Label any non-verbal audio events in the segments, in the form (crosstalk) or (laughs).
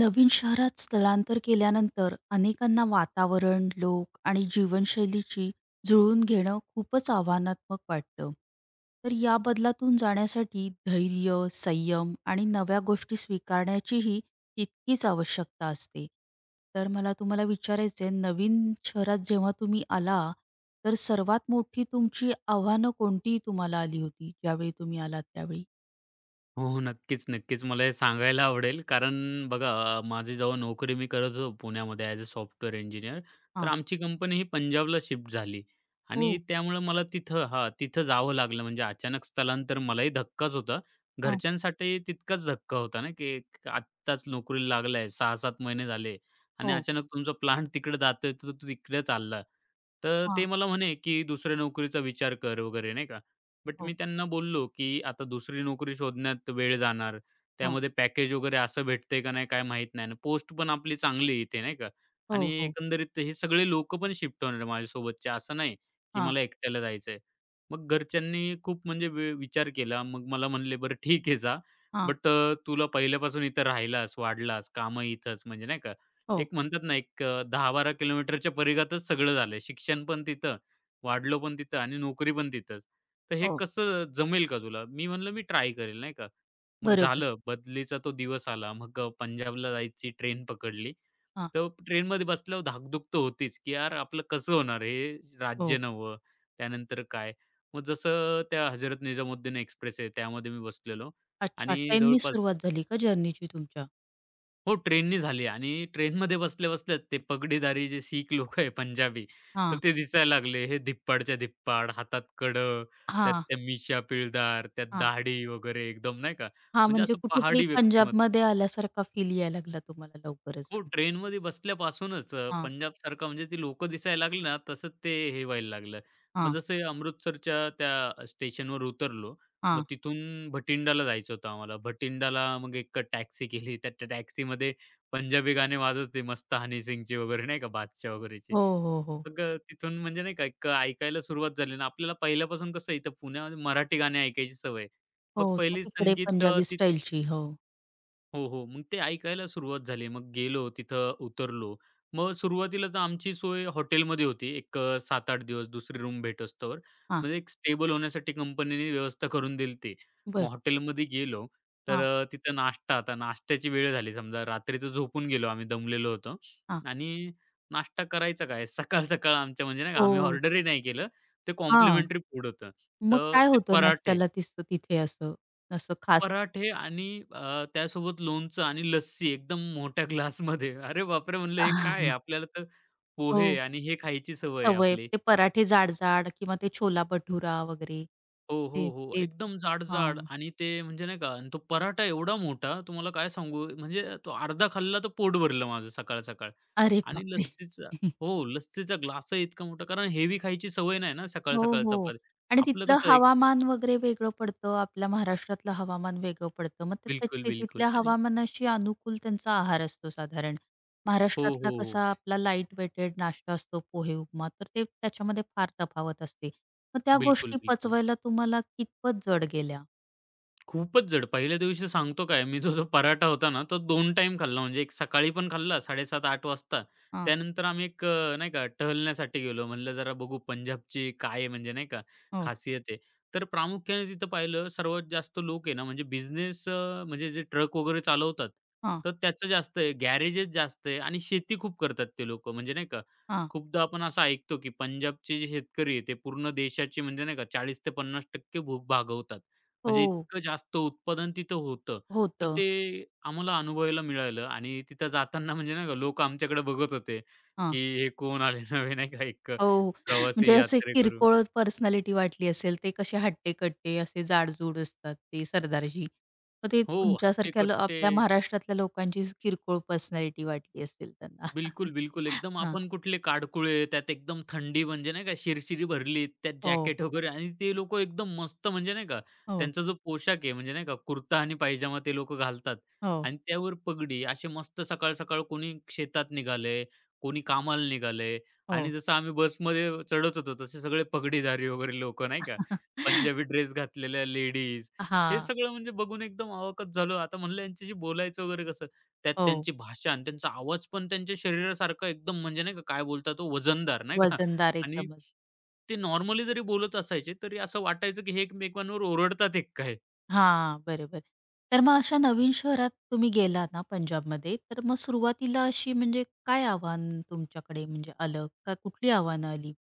नवीन शहरात स्थलांतर केल्यानंतर अनेकांना वातावरण, लोक आणि जीवनशैलीची जुळवून घेणं खूपच आव्हानात्मक वाटतं. तर या बदलातून जाण्यासाठी धैर्य, संयम आणि नव्या गोष्टी स्वीकारण्याचीही तितकीच आवश्यकता असते. तर मला तुम्हाला विचारायचं आहे, नवीन शहरात जेव्हा तुम्ही आला, तर सर्वात मोठी तुमची आव्हानं कोणती तुम्हाला आली होती, ज्यावेळी तुम्ही आलात त्यावेळी? हो, हो. नक्कीच, नक्कीच. मला हे सांगायला आवडेल कारण बघा. माझी जेव्हा नोकरी मी करायचो पुण्यामध्ये ॲज अ सॉफ्टवेअर इंजिनियर, तर हां. आमची कंपनी ही पंजाबला शिफ्ट झाली आणि हो. त्यामुळं मला तिथं तिथं जावं लागलं. म्हणजे अचानक स्थलांतर मलाही धक्काच होता. हां. घरच्यांसाठी तितकाच धक्का होता ना, की की आत्ताच नोकरीला लागलाय, 6-7 महिने झाले आणि हो. अचानक तुमचा प्लांट तिकडे जातोय, तर तू तिकडे चालला. तर ते हां. मला म्हणे, की "दुसऱ्या नोकरीचा विचार कर" वगैरे नाही का. बट मी हो. त्यांना बोललो, की आता दुसरी नोकरी शोधण्यात वेळ जाणार. हां. त्यामध्ये पॅकेज वगैरे असं भेटतंय का नाही काय माहीत नाही, पोस्ट पण आपली चांगली आहे इथे, नाही का. आणि हो, हो. एकंदरीत हे सगळे लोकं पण शिफ्ट होणार आहे माझ्यासोबतचे. असं नाही, की हां, मला एकट्याला जायचंय. मग घरच्यांनी खूप म्हणजे विचार केला. मग मला म्हणले, "बरं ठीक आहे जा. हां. बट तुला पहिल्यापासून इथं राहिलास, वाढलास, कामं इथंच." म्हणजे नाही का, हो, एक म्हणतात ना 10-12 किलोमीटरच्या परिघातच सगळं झालंय. शिक्षण पण तिथं, वाढलो पण तिथं आणि नोकरी पण तिथंच. तर हे हो. कसं जमेल का तुला? मी म्हणलं, "मी ट्राय करेल," नाही का. मग बरोबर. झालं, बदलीचा तो दिवस आला. मग अ, पंजाबला जायची ट्रेन पकडली. हां, तर ट्रेनमध्ये बसल्यावर धाकधूक तर होतीच, की यार आपलं कसं होणार, हे हो. राज्य नवं, त्यानंतर काय. मग जसं त्या हजरत निजामुद्दीन एक्सप्रेस आहे त्यामध्ये मी बसलेलो अच्छा, आणि ट्रेननी जवळपास सुरुवात झाली का जर्नीची तुमच्या? हो, ट्रेननी झाली आणि ट्रेनमध्ये बसल्या-बसल्याच ते पगडीधारी जे सीख लोकं आहे पंजाबी, तर हां, ते दिसायला लागले. हे धिप्पाडच्या धिप्पाड, हातात कड़, त्यात हां, त्या मिश्या पिळदार, त्यात हां. दाढी वगैरे एकदम नाही का, हां, म्हणजे म्हणजे असं कुठेतरी पहाडी व्यक्तिमत्व. पंजाबमध्ये आल्यासारखा फील यायला लागला तुम्हाला लवकरच. हो, ट्रेनमध्ये बसल्यापासूनच पंजाब हां, पंजाबसारखं म्हणजे ती लोकं दिसायला लागली ना, तसंच ते हे व्हायला लागलं. मग हां, जसं अमृतसरच्या त्या स्टेशनवर उतरलो, मग हां. तिथून भटिंडाला जायचं होतं आम्हाला. भटिंडाला मग एक टॅक्सी केली. त्या त्या टॅक्सीमध्ये पंजाबी गाणे वाजत होते मस्त हनी सिंगचे वगैरे नाही का, बादशाह वगैरेचे. हो, हो, हो. तिथून म्हणजे नाही का एक ऐकायला सुरुवात झाली ना, आपल्याला पहिल्यापासून कसं इथं पुण्यामध्ये मराठी गाणी ऐकायची सवय. मग हो, पहिली तिकडे संगीत पंजाबी स्टाईलची. हो. हो, हो. मग ते ऐकायला सुरुवात झाली. मग गेलो, तिथं उतरलो. मग सुरुवातीला तर आमची सोय हॉटेलमध्ये होती. 7-8 दिवस दुसरी रूम भेटोस्तोवर. हां, म्हणजे एक स्टेबल होण्यासाठी कंपनीने व्यवस्था करून दिली ती. मग बरं. हॉटेलमध्ये गेलो, तर हां, तिथं नाश्ता, आता नाश्त्याची वेळ झाली समजा, रात्रीचं झोपून गेलो, आम्ही दमलेलो होतो हां. आणि नाश्ता करायचा काय सकाळ-सकाळ, आमच्या म्हणजे नाही का, आम्ही हो. ऑर्डरही नाही केलं. ते हां. कॉम्प्लिमेंटरी फूड होतं. मग तर काय ते होतं पराठे, नाश्त्याला तिथे असं, खास? पराठे आणि त्यासोबत लोणचं आणि लस्सी एकदम मोठ्या ग्लासमध्ये. अरे बापरे! म्हणलं हे काय आहे? (laughs) आपल्याला तर पोहे हो, आणि हे खायची सवय आहे सवय. आपली. ते पराठे जाड-जाड किंवा ते छोला भटुरा वगैरे. हो, हो, ते हो. ते एकदम जाड-जाड हां. आणि ते म्हणजे नाही का, आणि तो पराठा एवढा मोठा, तुम्हाला काय सांगू, म्हणजे तो अर्धा खाल्ला तर पोट भरलं माझं सकाळ-सकाळ अरे आणि बापरे! लस्सीचा. (laughs) हो, लस्सीचा ग्लासही इतका मोठा, कारण हेवी खायची सवय नाही ना हो, सकाळ-सकाळ हो. चपाती. आणि आपलं तिथलं कसं एक, हवामान वगैरे वेगळं पडतं. आपल्या महाराष्ट्रातलं हवामान वेगळं पडतं. मग ते ते बिलकुल, ते बिलकुल तिथल्या आणि हवामानाशी अनुकूल त्यांचा आहार असतो साधारण. हो, महाराष्ट्रातला हो, हो. कसा आपला लाईट वेटेड नाश्ता असतो पोहे, उपमा. तर ते त्याच्यामध्ये फार तफावत असते. मग त्या बिलकुल, गोष्टी बिलकुल. पचवायला तुम्हाला कितपत जड गेल्या? खूपच जड. पहिल्या दिवशी सांगतो काय, मी तो जो पराठा होता ना, तो दोन टाइम खाल्ला. म्हणजे एक सकाळी पण खाल्ला 7:30-8 वाजता. हां, त्यानंतर आम्ही नाही का टहलण्यासाठी गेलो. म्हणलं जरा बघू पंजाबची काय आहे, म्हणजे नाही का हो. खासियत आहे. तर प्रामुख्याने तिथं पाहिलं, सर्वात जास्त लोक आहे ना, म्हणजे बिझनेस, म्हणजे जे ट्रक वगैरे चालवतात, हां, तर त्याचं जास्त आहे. गॅरेजेस जास्त आहे आणि शेती खूप करतात ते लोकं. म्हणजे नाही का, हां. खूपदा आपण असं ऐकतो की पंजाबचे जे शेतकरी आहे, ते पूर्ण देशाची म्हणजे नाही का 40% ते 50% भूक भागवतात. म्हणजे हो, इतकं जास्त उत्पादन तिथं होतं. तर होतं. ते आम्हाला अनुभवायला मिळालं आणि तिथं जाताना म्हणजे नाही का लोकं आमच्याकडे बघत होते, की हे कोण आले नवे, नाही का एक हो. प्रवासी म्हणजे असे यात्रेकरू. किरकोळ पर्सनॅलिटी वाटली असेल, ते कसे हट्टे-कट्टे असे जाडजूड असतात ते सरदारजी. मग ते हो, हट्टे तुमच्यासारख्या कट्टे आपल्या महाराष्ट्रातल्या लोकांची किरकोळ पर्सनॅलिटी वाटली असेल त्यांना. बिलकुल, बिलकुल. (laughs) एकदम हां. आपण कुठले काळकुळे, त्यात एकदम थंडी, म्हणजे नाही का शिरशिरी भरली, त्यात हो, जॅकेट वगैरे, आणि ते लोकं एकदम मस्त म्हणजे नाही का, हो, त्यांचा जो पोशाख आहे म्हणजे नाही का, कुर्ता आणि पायजामा ते लोकं घालतात हो, आणि त्यावर पगडी. असे मस्त सकाळ-सकाळ कोणी शेतात निघाले, कोणी कामाला निघाले आणि हो. जसं आम्ही बसमध्ये चढत होतो, तसे सगळे पगडीधारी वगैरे लोकं नाही का, पंजाबी (laughs) ड्रेस घातलेल्या लेडीज, हे हां. सगळं म्हणजे बघून एकदम अवाकच झालो. आता म्हणलं यांच्याशी बोलायचं वगैरे कसं? त्यात हो. त्यांची भाषा आणि त्यांचा आवाज पण त्यांच्या शरीरासारखा एकदम म्हणजे नाही का, काय बोलतात तो वजनदार नाही का. वजनदार आणि एकदमच. ते नॉर्मली जरी बोलत असायचे तरी असं वाटायचं की हे एकमेकांवर ओरडतात एक काय. हां, बरोबर. तर मग अशा नवीन शहरात तुम्ही गेला ना पंजाबमध्ये, तर मग सुरुवातीला अशी म्हणजे काय आव्हान तुमच्याकडे म्हणजे आलं? का कुठली आव्हानं आली?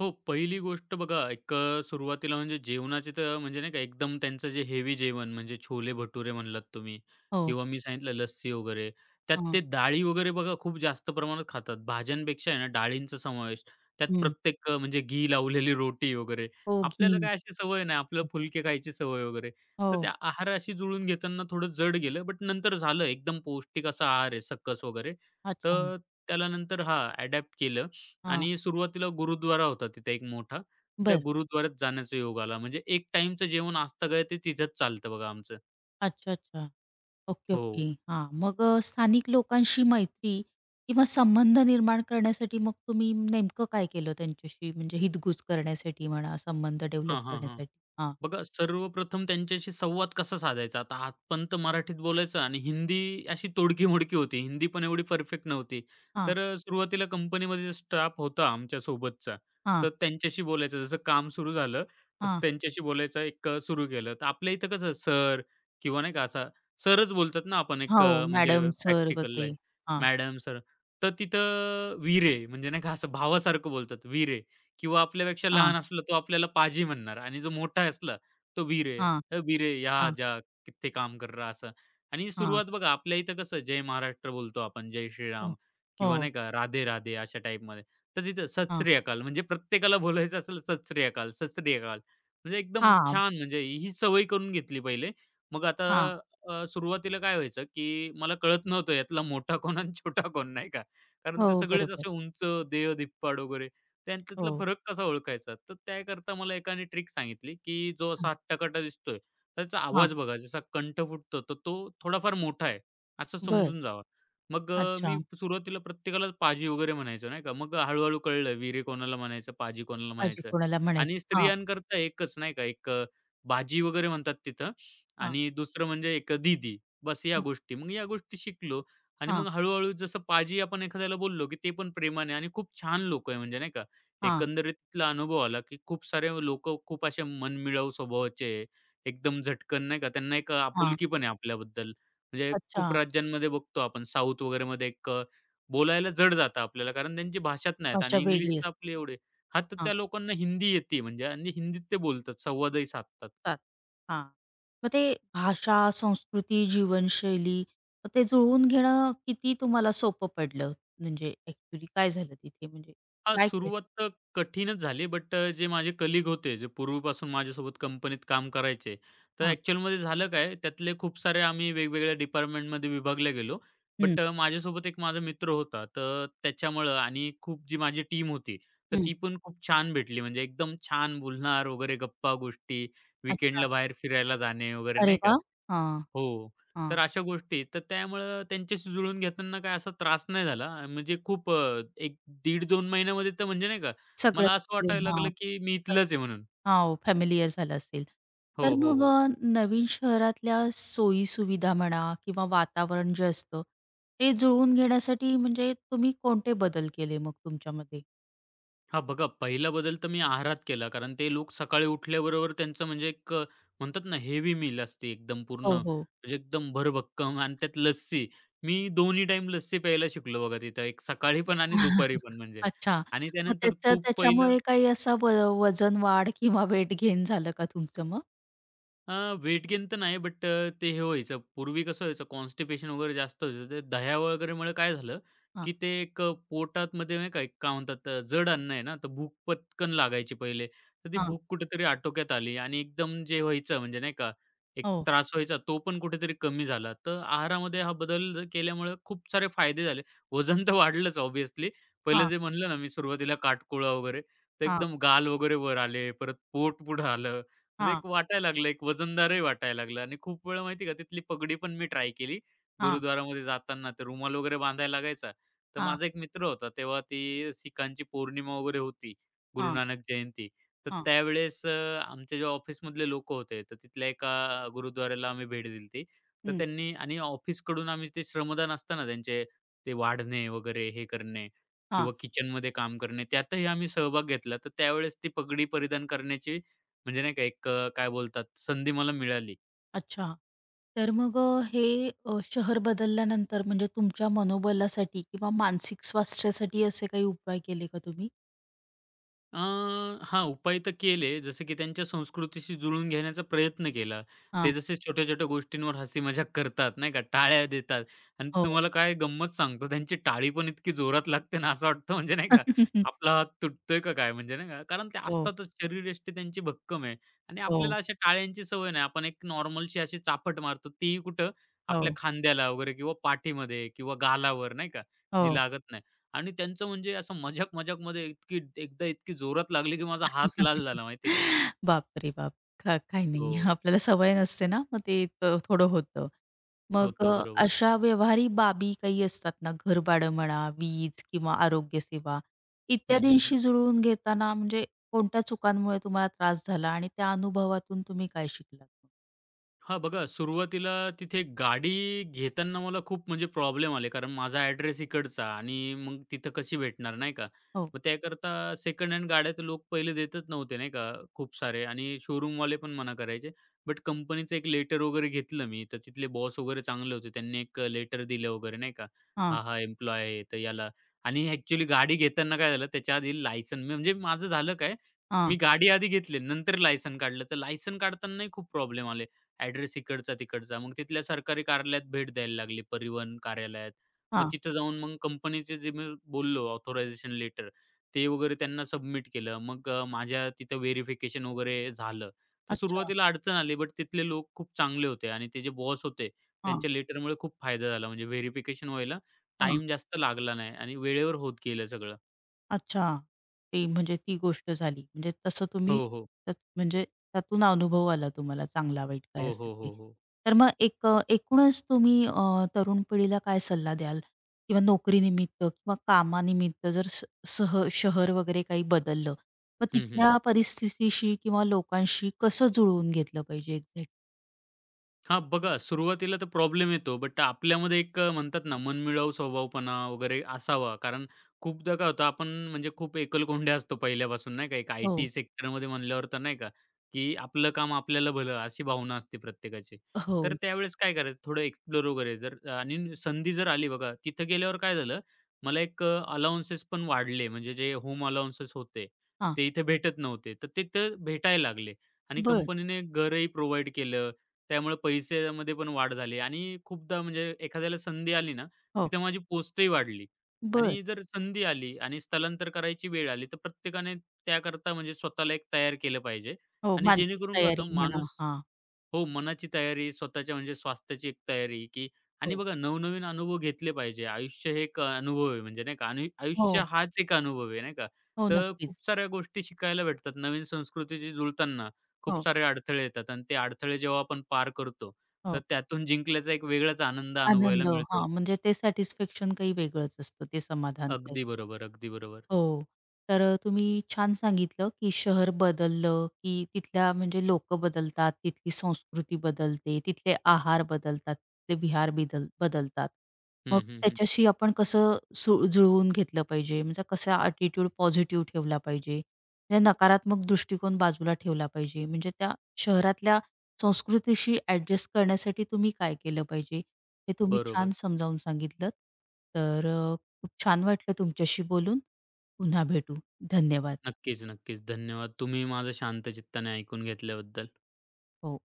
हो, पहिली गोष्ट बघा, सुरुवातीला म्हणजे जेवणाचे तर म्हणजे नाही का एकदम त्यांचं जे हेवी जेवण म्हणजे छोले-भटुरे म्हणलात तुम्ही हो. किंवा मी सांगितलं लस्सी वगैरे, त्यात हां. ते डाळी वगैरे बघा खूप जास्त प्रमाणात खातात. भाज्यांपेक्षा आहे ना डाळींचा समावेश. त्यात हं. प्रत्येक म्हणजे घी लावलेली रोटी वगैरे. हो, घी. आपल्याला काय अशी सवय नाही, आपल्याला हं. फुलके खायची सवय वगैरे. तर हो. त्या आहाराशी जुळून घेताना थोडं जड गेलं, बट नंतर झालं, एकदम पौष्टिक असा आहार आहे, सकस वगैरे. अच्छा. तर त्याला नंतर अडॅप्ट केलं हां. आणि सुरुवातीला गुरुद्वारा होता तिथे एक मोठा. तर त्या बरं. गुरुद्वाऱ्यात जाण्याचा योग आला. म्हणजे एक टाईमचं जेवण असतं काय, ते तिथेच चालतं बघा आमचं. अच्छा, अच्छा. ओके, हो. ओके. हां. मग स्थानिक लोकांशी मैत्री किंवा संबंध निर्माण करण्यासाठी मग तुम्ही नेमकं काय केलं त्यांच्याशी? म्हणजे हितगुज करण्यासाठी म्हणा, संबंध डेव्हलप हां, हां, हां. करण्यासाठी? हां. बघा, सर्वप्रथम त्यांच्याशी संवाद कसा साधायचा? आता आपण तर मराठीत बोलायचं आणि हिंदी अशी तोडकी-मोडकी होती. हिंदी पण एवढी परफेक्ट नव्हती. हां. तर सुरुवातीला कंपनीमध्ये जो स्टाफ होता आमच्या सोबतचा, हां. तर त्यांच्याशी बोलायचं. जसं काम सुरू झालं, तसं हां. त्यांच्याशी बोलायचं एक सुरू केलं. तर आपल्या इथं कसं सर किंवा नाही का असा सरच बोलतात ना आपण, हो, म्हणजे मॅडम, सर प्रॅक्टिकलला, वगैरे. हां. Madam, sir. तर तिथं "वीरे" म्हणजे नाही का असं भावासारखं बोलतात. "वीरे." किंवा आपल्यापेक्षा हां. लहान असला तो आपल्याला पाजी म्हणणार आणि जो मोठा असला तो "वीर है, हां. ए वीर यहाँ हां. जा, कित्ते काम कर रहा" असं. आणि हां. सुरुवात बघा आपल्या इथं कसं जय महाराष्ट्र बोलतो आपण, जय श्रीराम हो. किंवा हो. नाही का राधे, राधे अशा टाईपमध्ये. तर तिथं सत हां. श्री अकाल, म्हणजे प्रत्येकाला बोलायचं असेल सत श्री अकाल, सत श्री अकाल. म्हणजे एकदम हां. छान म्हणजे ही सवय करून घेतली पहिले. मग आता हां. सुरुवातीला काय व्हायचं, की मला कळत नव्हतं यातला मोठा कोण आणि छोटा कोण नाही का. कारण ते हो, सगळेच बरोबर. असे उंच, देह धिप्पाड वगैरे. त्यांच्यातला हो. फरक कसा ओळखायचा? तर त्याकरता मला एकाने ट्रिक सांगितली, की जो असा हां. हट्टाकट्टा दिसतोय, त्याचा हां. आवाज बघा जसा कंठ फुटतो, तर तो थोडाफार मोठा आहे असं बरं. समजून जावा. मग मी अच्छा. सुरुवातीला प्रत्येकालाच पाजी वगैरे म्हणायचो नाही का. मग हळू कळलं विरे कोणाला म्हणायचं, पाजी कोणाला काळजी म्हणायचं कोणाला आणि म्हणायचं. हां. स्त्रियांकरता एकच नाही का, बाजी वगैरे म्हणतात तिथं हां. आणि दुसरं म्हणजे एक दीदी, बस या हं. गोष्टी. मग या गोष्टी शिकलो आणि हां, मग हळू जसं पाजी आपण एखाद्याला बोललो, की ते पण प्रेमाने, आणि खूप छान लोकं आहे म्हणजे नाही का. हां, एकंदरीतला अनुभव आला, की खूप सारे लोकं खूप असे मनमिळाऊ स्वभावाचे आहे. एकदम झटकन नाही का, त्यांना एक हां. आपुलकी पण आहे आपल्याबद्दल. म्हणजे अच्छा, खूप राज्यांमध्ये बघतो आपण साउथ वगैरेमध्ये, बोलायला जड जातं आपल्याला, कारण त्यांची भाषाच नाहीत भाषा आणि इंग्लिश वेगळी तर असते. आपली एवढी, तर त्या हां, लोकांना हिंदी येते म्हणजे, आणि हिंदीत ते बोलतात, संवादही साधतात. तात हां. मग ते भाषा, संस्कृती, जीवनशैली मग ते जुळवून घेणं किती तुम्हाला सोपं पडलं? म्हणजे ॲक्चुअली काय झालं तिथे म्हणजे हां, काय केलं? सुरुवात तर कठीणच झाली. बट जे माझे कलीग होते, जे पूर्वीपासून माझ्यासोबत कंपनीत काम करायचे, तर हां. ॲक्चुअलमध्ये झालं काय, त्यातले खूप सारे आम्ही वेगवेगळ्या डिपार्टमेंटमध्ये विभागले गेलो. हं, बट माझ्यासोबत एक माझा मित्र होता. तर त्याच्यामुळं, आणि खूप जी माझी टीम होती, तर हं. ती पण खूप छान भेटली. म्हणजे एकदम छान बोलणार वगैरे, गप्पा गोष्टी, अच्छा. वीकेंडला बाहेर फिरायला जाणे वगैरे, अरे नाही का? वाह! हां, हो. हां. तर अशा गोष्टी. तर त्यामुळं त्यांच्याशी जुळून घेताना काय असा त्रास नाही झाला. म्हणजे खूप एक 1.5-2 महिन्यामध्ये तर म्हणजे नाही का, सगळं मला असं वाटायला लागलं, हां. की मी इथलाच आहे अरे! म्हणून. हां, फॅमिलियर झालं असेल. तर हो, हो. हो, मग हो. नवीन शहरातल्या सोयी-सुविधा म्हणा किंवा वातावरण जे असतं, ते जुळवून घेण्यासाठी म्हणजे तुम्ही कोणते बदल केले मग तुमच्यामध्ये? हां, बघा, पहिला बदल तर मी आहारात केला. कारण ते लोक सकाळी उठल्याबरोबर त्यांचं म्हणजे म्हणतात ना हेवी मील असते, एकदम पूर्ण हो, हो. म्हणजे एकदम भरभक्कम आणि त्यात लस्सी. मी दोन्ही टाईम लस्सी प्यायला शिकलो बघा तिथं. एक सकाळी पण आणि दुपारी पण (laughs) म्हणजे, अच्छा. आणि मग त्यानंतर तूप पहिलं. त्याच्यामुळे काही असा वजन वाढ किंवा वेट गेन झालं का तुमचं मग? वेट गेन तर नाही, बट ते हे व्हायचं. पूर्वी कसं व्हायचं, कॉन्स्टिपेशन वगैरे जास्त व्हायचं. ते दह्या वगैरेमुळे काय झालं, हां, की ते एक पोटात पोटातमध्ये नाही का, एक काय म्हणतात, जड अन्न आहे ना, तर भूक पटकन लागायची पहिले. तर ती हां. भूक कुठेतरी आटोक्यात आली आणि एकदम जे व्हायचं म्हणजे नाही का, एक हो. त्रास व्हायचा तो पण कुठेतरी कमी झाला. तर आहारामध्ये हा बदल केल्यामुळे खूप सारे फायदे झाले. वजन तर वाढलंच ऑब्व्हियसली. पहिलं हां, जे म्हणलं ना मी, सुरुवातीला काटकोळा वगैरे, तर हां, एकदम गाल वगैरे वर आले, परत पोट पुढं आलं. म्हणजे हां, एक वाटायला लागलं, एक वजनदारही वाटायला लागलं आणि खूप वेळा माहिती आहे का, तिथली पगडी पण मी ट्राय केली. हां, गुरुद्वारामध्ये जाताना तर रुमाल वगैरे बांधायला लागायचा. तर हां, माझा एक मित्र होता, तेव्हा ती सिखांची पौर्णिमा वगैरे होती, गुरु हां, हां. नानक जयंती. तर त्यावेळेस आमचे जे ऑफिसमधले लोकं होते, तर तिथल्या एका गुरुद्वाराला आम्ही भेट दिली होती. तर हं. त्यांनी आणि ऑफिसकडून आम्ही ते श्रमदान असतं त्यांचे, ते वाढणे वगैरे हे करणे किंवा किचनमध्ये काम करणे, त्यातही आम्ही सहभाग घेतला. तर त्यावेळेस ती पगडी परिधान करण्याची म्हणजे नाही का, काय बोलतात, संधी मला मिळाली. अच्छा. तर मग हे शहर बदलल्यानंतर म्हणजे तुमच्या मनोबलासाठी किंवा मानसिक स्वास्थ्यासाठी असे काही उपाय केले का तुम्ही? अ, हां, उपाय तर केले. जसं की त्यांच्या संस्कृतीशी जुळून घेण्याचा प्रयत्न केला. ते हां. जसे छोट्या-छोट्या गोष्टींवर हसी मजाक करतात नाही का, टाळ्या देतात आणि हो. तुम्हाला काय गंमत सांगतो, त्यांची टाळी पण इतकी जोरात लागते ना, असं वाटतं म्हणजे नाही का, (laughs) आपला हात तुटतोय का काय, म्हणजे नाही का. कारण ते हो, असतातच, शरीरयष्टी त्यांची भक्कम आहे आणि आपल्याला हो, अशा टाळ्यांची सवय नाही. आपण एक नॉर्मलशी अशी चाफट मारतो, तीही कुठं आपल्या हो, खांद्याला वगैरे किंवा पाठीमध्ये किंवा गालावर नाही का, जी हो. लागत नाही. आणि त्यांचं म्हणजे असं मजाक-मजाकमध्ये इतकी एकदा इतकी जोरात लागली, की माझा हात लाल (laughs) झाला माहिती आहे का? बापरे बाप! का काही हो. नाही. आपल्याला सवय नसते ना, मग ते थोडं होतं. मग होतं. बरोबर. अशा व्यवहारी बाबी काही असतात ना, घरभाडं म्हणा, वीज किंवा आरोग्यसेवा हं, हं, हं. इत्यादींशी जुळवून घेताना म्हणजे कोणत्या चुकांमुळे तुम्हाला त्रास झाला आणि त्या अनुभवातून तुम्ही काय शिकलात? हां, बघा, सुरुवातीला तिथे गाडी घेताना मला खूप म्हणजे प्रॉब्लेम आले. कारण माझा ॲड्रेस इकडचा, आणि मग तिथं कशी भेटणार नाही का? हो. मग त्याकरता सेकंड हँड गाड्या तर लोक पहिले देतच नव्हते नाही का खूप सारे, आणि शोरूमवाले पण मना करायचे. बट कंपनीचं एक लेटर वगैरे घेतलं मी, तर तिथले बॉस वगैरे चांगले होते. त्यांनी एक लेटर दिलं वगैरे नाही का. हां, हा, हा एम्प्लॉयी आहे तर याला, आणि ॲक्चुअली गाडी घेताना काय झालं, त्याच्या आधी लायसन म्हणजे माझं झालं काय, मी हां, गाडी आधी घेतली नंतर लायसन काढलं. तर लायसन काढतानाही खूप प्रॉब्लेम आले. ॲड्रेस इकडचा-तिकडचा. मग तिथल्या सरकारी कार्यालयात भेट द्यायला लागली, परिवहन कार्यालयात. मग हां. तिथं जाऊन मग कंपनीचे जे मी बोललो ऑथरायझेशन लेटर, ते वगैरे त्यांना सबमिट केलं. माझ्या तिथं व्हेरिफिकेशन वगैरे झालं. तर अच्छा. सुरुवातीला अडचण आली, बट तिथले लोक खूप चांगले होते आणि ते जे बॉस होते हां, त्यांच्या लेटरमुळे खूप फायदा झाला. म्हणजे व्हेरिफिकेशन व्हायला हां. टाईम जास्त लागला नाही आणि वेळेवर होत गेलं सगळं. अच्छा. ती म्हणजे ती गोष्ट झाली. म्हणजे तसं हो, तुम्ही हो. त्यात म्हणजे त्यातून अनुभव आला तुम्हाला चांगला-वाईट काय हो, असेल हो, ते. हो, हो. तर मग एकूणच तुम्ही तरुण पिढीला काय सल्ला द्याल? किंवा नोकरीनिमित्त किंवा कामानिमित्त जर स सह शहर वगैरे काही बदललं, मग हं, हं, हं. तिथल्या परिस्थितीशी किंवा लोकांशी कसं जुळवून घेतलं पाहिजे एक्झॅक्ट? हां, बघा, सुरुवातीला तर प्रॉब्लेम येतो, बट आपल्यामध्ये म्हणतात ना मनमिळाऊ स्वभावपणा वगैरे असावा. कारण खूपदा काय होतं, आपण म्हणजे खूप एकलकोंडे असतो पहिल्यापासून नाही का. एक आय-टी हो, सेक्टरमध्ये म्हणल्यावर तर नाही का, की आपलं काम आपल्याला भलं अशी भावना असते प्रत्येकाची. तर हो. त्यावेळेस काय करायचं, थोडं एक्सप्लोर वगैरे जर, आणि संधी जर आली बघा, तिथं गेल्यावर काय झालं, मला अलाउन्सेस पण वाढले. म्हणजे जे होम अलाउन्सेस होते, हां. ते इथे भेटत नव्हते. तर ते तर भेटायला लागले आणि बरं. कंपनीने घरही प्रोव्हाईड केलं, त्यामुळे पैशामध्ये पण वाढ झाली, आणि खूपदा म्हणजे एखाद्याला संधी आली ना, हो. तिथं माझी पोस्टही वाढली बरं. आणि जर संधी आली आणि स्थलांतर करायची वेळ आली, तर प्रत्येकाने त्याकरता म्हणजे स्वतःला एक तयार केलं पाहिजे हो, आणि मानसिक जेणेकरून काय तयारी होतं म्हणा. माणूस. हां. हो, मनाची तयारी, स्वतःच्या म्हणजे स्वास्थ्याची एक तयारी, की आणि हो. बघा नवनवीन अनुभव घेतले पाहिजे. आयुष्य हे एक अनुभव आहे म्हणजे नाही का, आणि आयुष्य हो. हाच एक अनुभव आहे नाही का. हो, तर खूप नक्कीच. साऱ्या गोष्टी शिकायला भेटतात. नवीन संस्कृतीशी जुळताना खूप हो, सारे अडथळे येतात आणि ते अडथळे जेव्हा आपण पार करतो, तर हो. त्यातून जिंकल्याचा एक वेगळाच आनंद अनुभवायला आनंद. मिळतो. हां, म्हणजे ते सॅटिस्फॅक्शन काही वेगळंच असतं, ते समाधान. अगदी बरोबर, अगदी बरोबर. हो. तर तुम्ही छान सांगितलं, की शहर बदललं, की तिथल्या म्हणजे लोकं बदलतात, तिथली संस्कृती बदलते, तिथले आहार बदलतात, तिथले विहार बदलतात. मग हं, हं, हं. त्याच्याशी आपण कसं जुळवून घेतलं पाहिजे? म्हणजे कसा ॲटिट्यूड पॉझिटिव्ह ठेवला पाहिजे? म्हणजे नकारात्मक दृष्टिकोन बाजूला ठेवला पाहिजे. म्हणजे त्या शहरातल्या संस्कृतीशी ॲडजस्ट करण्यासाठी तुम्ही काय केलं पाहिजे? हे तुम्ही बरोबर. छान समजावून सांगितलंत. तर खूप छान वाटलं तुमच्याशी बोलून. पुन्हा भेटू. धन्यवाद. नक्कीच, नक्कीच. धन्यवाद. तुम्ही माझं शांत चित्ताने ऐकून घेतल्याबद्दल. हो.